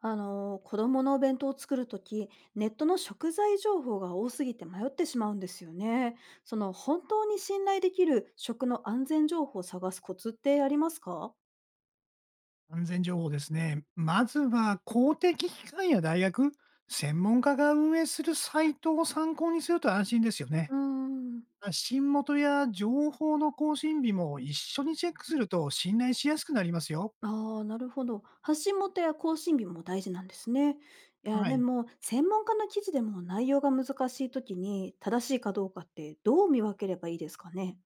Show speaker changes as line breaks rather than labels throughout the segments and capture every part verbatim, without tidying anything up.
あの子供のお弁当を作るとき、ネットの食材情報が多すぎて迷ってしまうんですよね。その本当に信頼できる食の安全情報を探すコツってありますか？
安全情報ですね。まずは公的機関や大学、専門家が運営するサイトを参考にすると安心ですよね。
うーん。
発信元や情報の更新日も一緒にチェックすると信頼しやすくなりますよ。
ああ、なるほど。発信元や更新日も大事なんですね。いや、
は
で
い。
も、専門家の記事でも内容が難しいときに、正しいかどうかってどう見分ければいいですかね。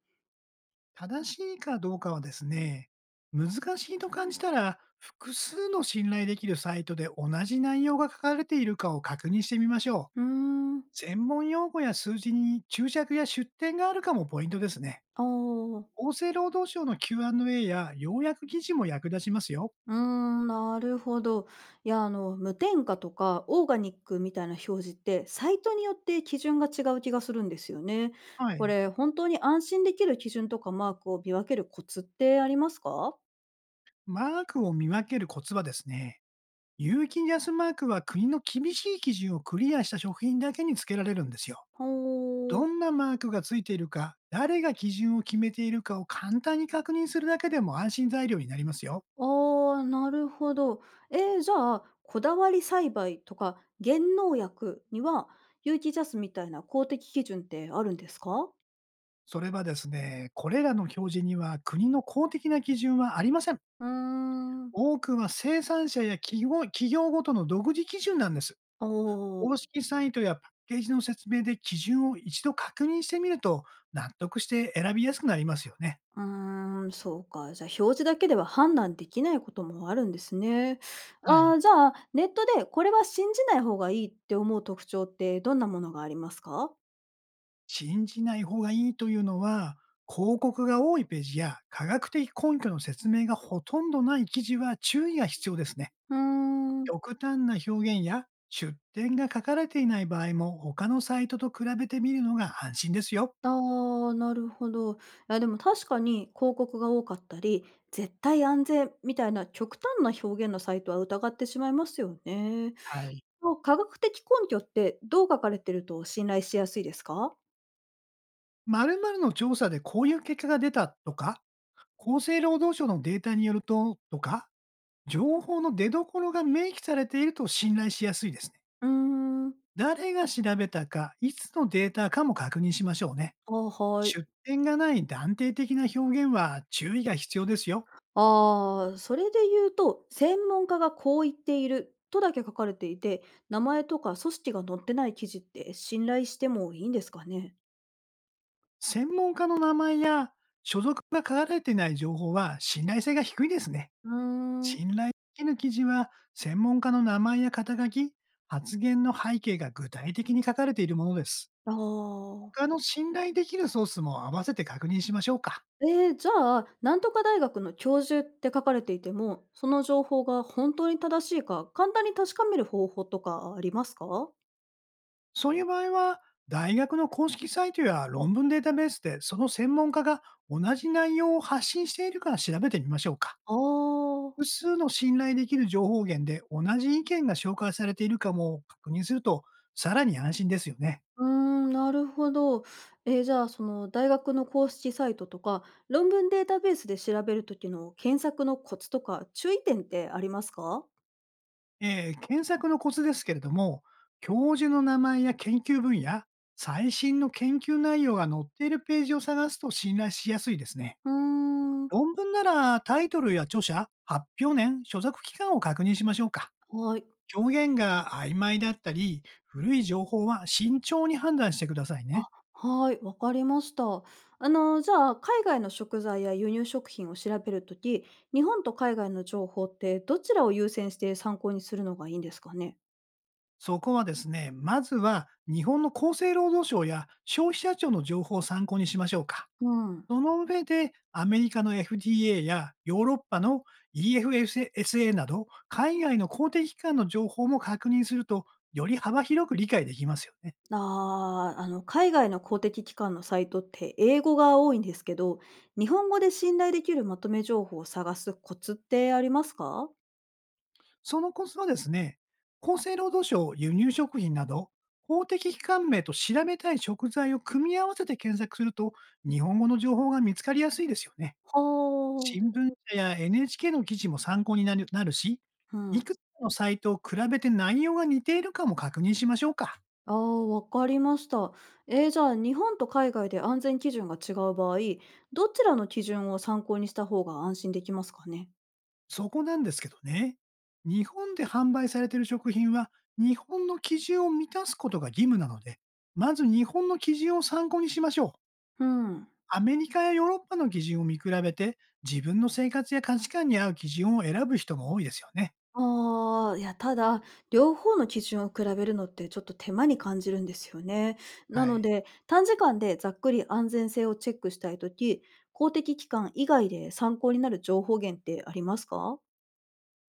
正しいかどうかはですね、難しいと感じたら、複数の信頼できるサイトで同じ内容が書かれているかを確認してみましょう。
うーん。
専門用語や数字に注釈や出典があるかもポイントですね。
ああ。
厚生労働省の キューアンドエー や要約記事も役立ちますよ。
うーん、なるほど。いや、あの、無添加とかオーガニックみたいな表示って、サイトによって基準が違う気がするんですよね。
は
こ
い。
れ、本当に安心できる基準とかマークを見分けるコツってありますか？
マークを見分けるコツはですね、有機ジャスマークは国の厳しい基準をクリアした食品だけにつけられるんですよ。
ほ
ど
う。
んなマークがついているか、誰が基準を決めているかを簡単に確認するだけでも安心材料になりますよ。
ああ、なるほど。えー、じゃあ、こだわり栽培とか減農薬には、有機ジャスみたいな公的基準ってあるんですか？
それはですね、これらの表示には国の公的な基準はありません。
うーん。
多くは生産者や企業企業ごとの独自基準なんです。
あ
公
あ。
式サイトやパッケージの説明で基準を一度確認してみると、納得して選びやすくなりますよね。
うーん、そうか。じゃあ、表示だけでは判断できないこともあるんですね。
は
あ
い。
ー、じゃあ、ネットでこれは信じない方がいいって思う特徴ってどんなものがありますか？
信じない方がいいというのは、広告が多いページや科学的根拠の説明がほとんどない記事は注意が必要ですね。
うーん。
極端な表現や出典が書かれていない場合も他のサイトと比べてみるのが安心ですよ。
ああ、なるほど。いや、でも確かに広告が多かったり、絶対安全みたいな極端な表現のサイトは疑ってしまいますよね。
はい。
もう科学的根拠ってどう書かれてると信頼しやすいですか？
〇〇の調査でこういう結果が出たとか、厚生労働省のデータによるととか、情報の出所が明記されていると信頼しやすいですね。
うーん。
誰が調べたか、いつのデータかも確認しましょうね。
ああ、はい。
出典がない断定的な表現は注意が必要ですよ。
ああ、それで言うと、専門家がこう言っているとだけ書かれていて、名前とか組織が載ってない記事って信頼してもいいんですかね？
専門家の名前や所属が書かれていない情報は信頼性が低いですね。
うーん。
信頼できる記事は専門家の名前や肩書き、発言の背景が具体的に書かれているものです。
ああ。
他の信頼できるソースも合わせて確認しましょうか。
えー、じゃあ、なんとか大学の教授って書かれていても、その情報が本当に正しいか、簡単に確かめる方法とかありますか？
そういう場合は、大学の公式サイトや論文データベースで、その専門家が同じ内容を発信しているか調べてみましょうか。
ああー。
複数の信頼できる情報源で同じ意見が紹介されているかも確認すると、さらに安心ですよね。
うーん、なるほど。えー、じゃあ、その大学の公式サイトとか、論文データベースで調べるときの検索のコツとか、注意点ってありますか？
えー検索のコツですけれども、教授の名前や研究分野、最新の研究内容が載っているページを探すと信頼しやすいですね。
うーん。
論文ならタイトルや著者、発表年、所属期間を確認しましょうか。
はい。
表現が曖昧だったり、古い情報は慎重に判断してくださいね。
あ、はい、わかりました。あの、じゃあ、海外の食材や輸入食品を調べるとき、日本と海外の情報ってどちらを優先して参考にするのがいいんですかね？
そこはですね、まずは日本の厚生労働省や消費者庁の情報を参考にしましょうか。
うん。
その上で、アメリカの エフディーエー やヨーロッパの イーエフエスエー など、海外の公的機関の情報も確認すると、より幅広く理解できますよね。
ああ、あの、海外の公的機関のサイトって英語が多いんですけど、日本語で信頼できるまとめ情報を探すコツってありますか？
そのコツはですね、厚生労働省輸入食品など、公的機関名と調べたい食材を組み合わせて検索すると、日本語の情報が見つかりやすいですよね。
はあ。
新聞社や エヌエイチケー の記事も参考になるなるし、
う
い
ん。
くつかのサイトを比べて内容が似ているかも確認しましょうか。
ああ、わかりました。えー、じゃあ、日本と海外で安全基準が違う場合、どちらの基準を参考にした方が安心できますかね？
そこなんですけどね、日本で販売されている食品は、日本の基準を満たすことが義務なので、まず日本の基準を参考にしましょう。
うん。
アメリカやヨーロッパの基準を見比べて、自分の生活や価値観に合う基準を選ぶ人も多いですよね。
ああ、いや、ただ、両方の基準を比べるのってちょっと手間に感じるんですよね。な
は
の
い。
で、短時間でざっくり安全性をチェックしたいとき、公的機関以外で参考になる情報源ってありますか？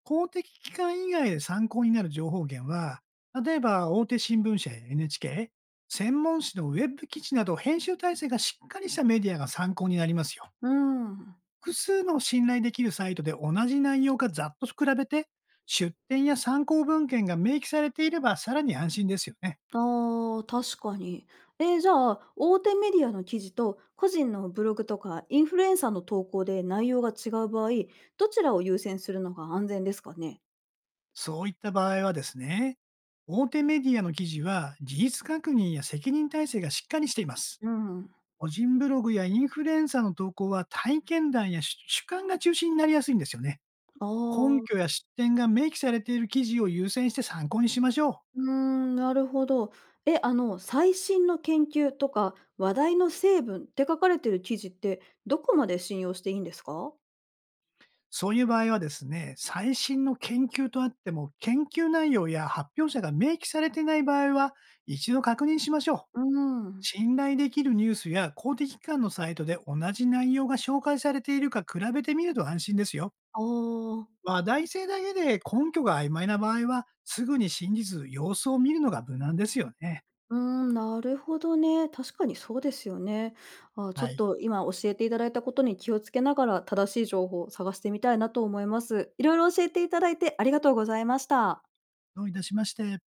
公的機関以外で参考になる情報源は、例えば大手新聞社や エヌエイチケー、専門誌のウェブ記事など編集体制がしっかりしたメディアが参考になりますよ。
うーん。
複数の信頼できるサイトで同じ内容かざっと比べて、出典や参考文献が明記されていればさらに安心ですよね。
ああ、確かに。えーじゃあ、大手メディアの記事と個人のブログとかインフルエンサーの投稿で内容が違う場合、どちらを優先するのが安全ですかね？
そういった場合はですね、大手メディアの記事は事実確認や責任体制がしっかりしています。
うん。
個人ブログやインフルエンサーの投稿は体験談や主主観が中心になりやすいんですよね。
あ
根拠
あ。
や失点が明記されている記事を優先して参考にしましょう。
うーん、なるほど。え、あの、最新の研究とか話題の成分って書かれてる記事ってどこまで信用していいんですか？
そういう場合はですね、最新の研究とあっても、研究内容や発表者が明記されていない場合は、一度確認しましょう。
うーん。
信頼できるニュースや公的機関のサイトで同じ内容が紹介されているか比べてみると安心ですよ。
ああ、
話題性だけで根拠が曖昧な場合は、すぐに信じず様子を見るのが無難ですよね。
うーん、なるほどね。確かにそうですよね。あー、ちょっ
はい。
と今教えていただいたことに気をつけながら、正しい情報を探してみたいなと思います。いろいろ教えていただいてありがとうございました。
どういたしまして。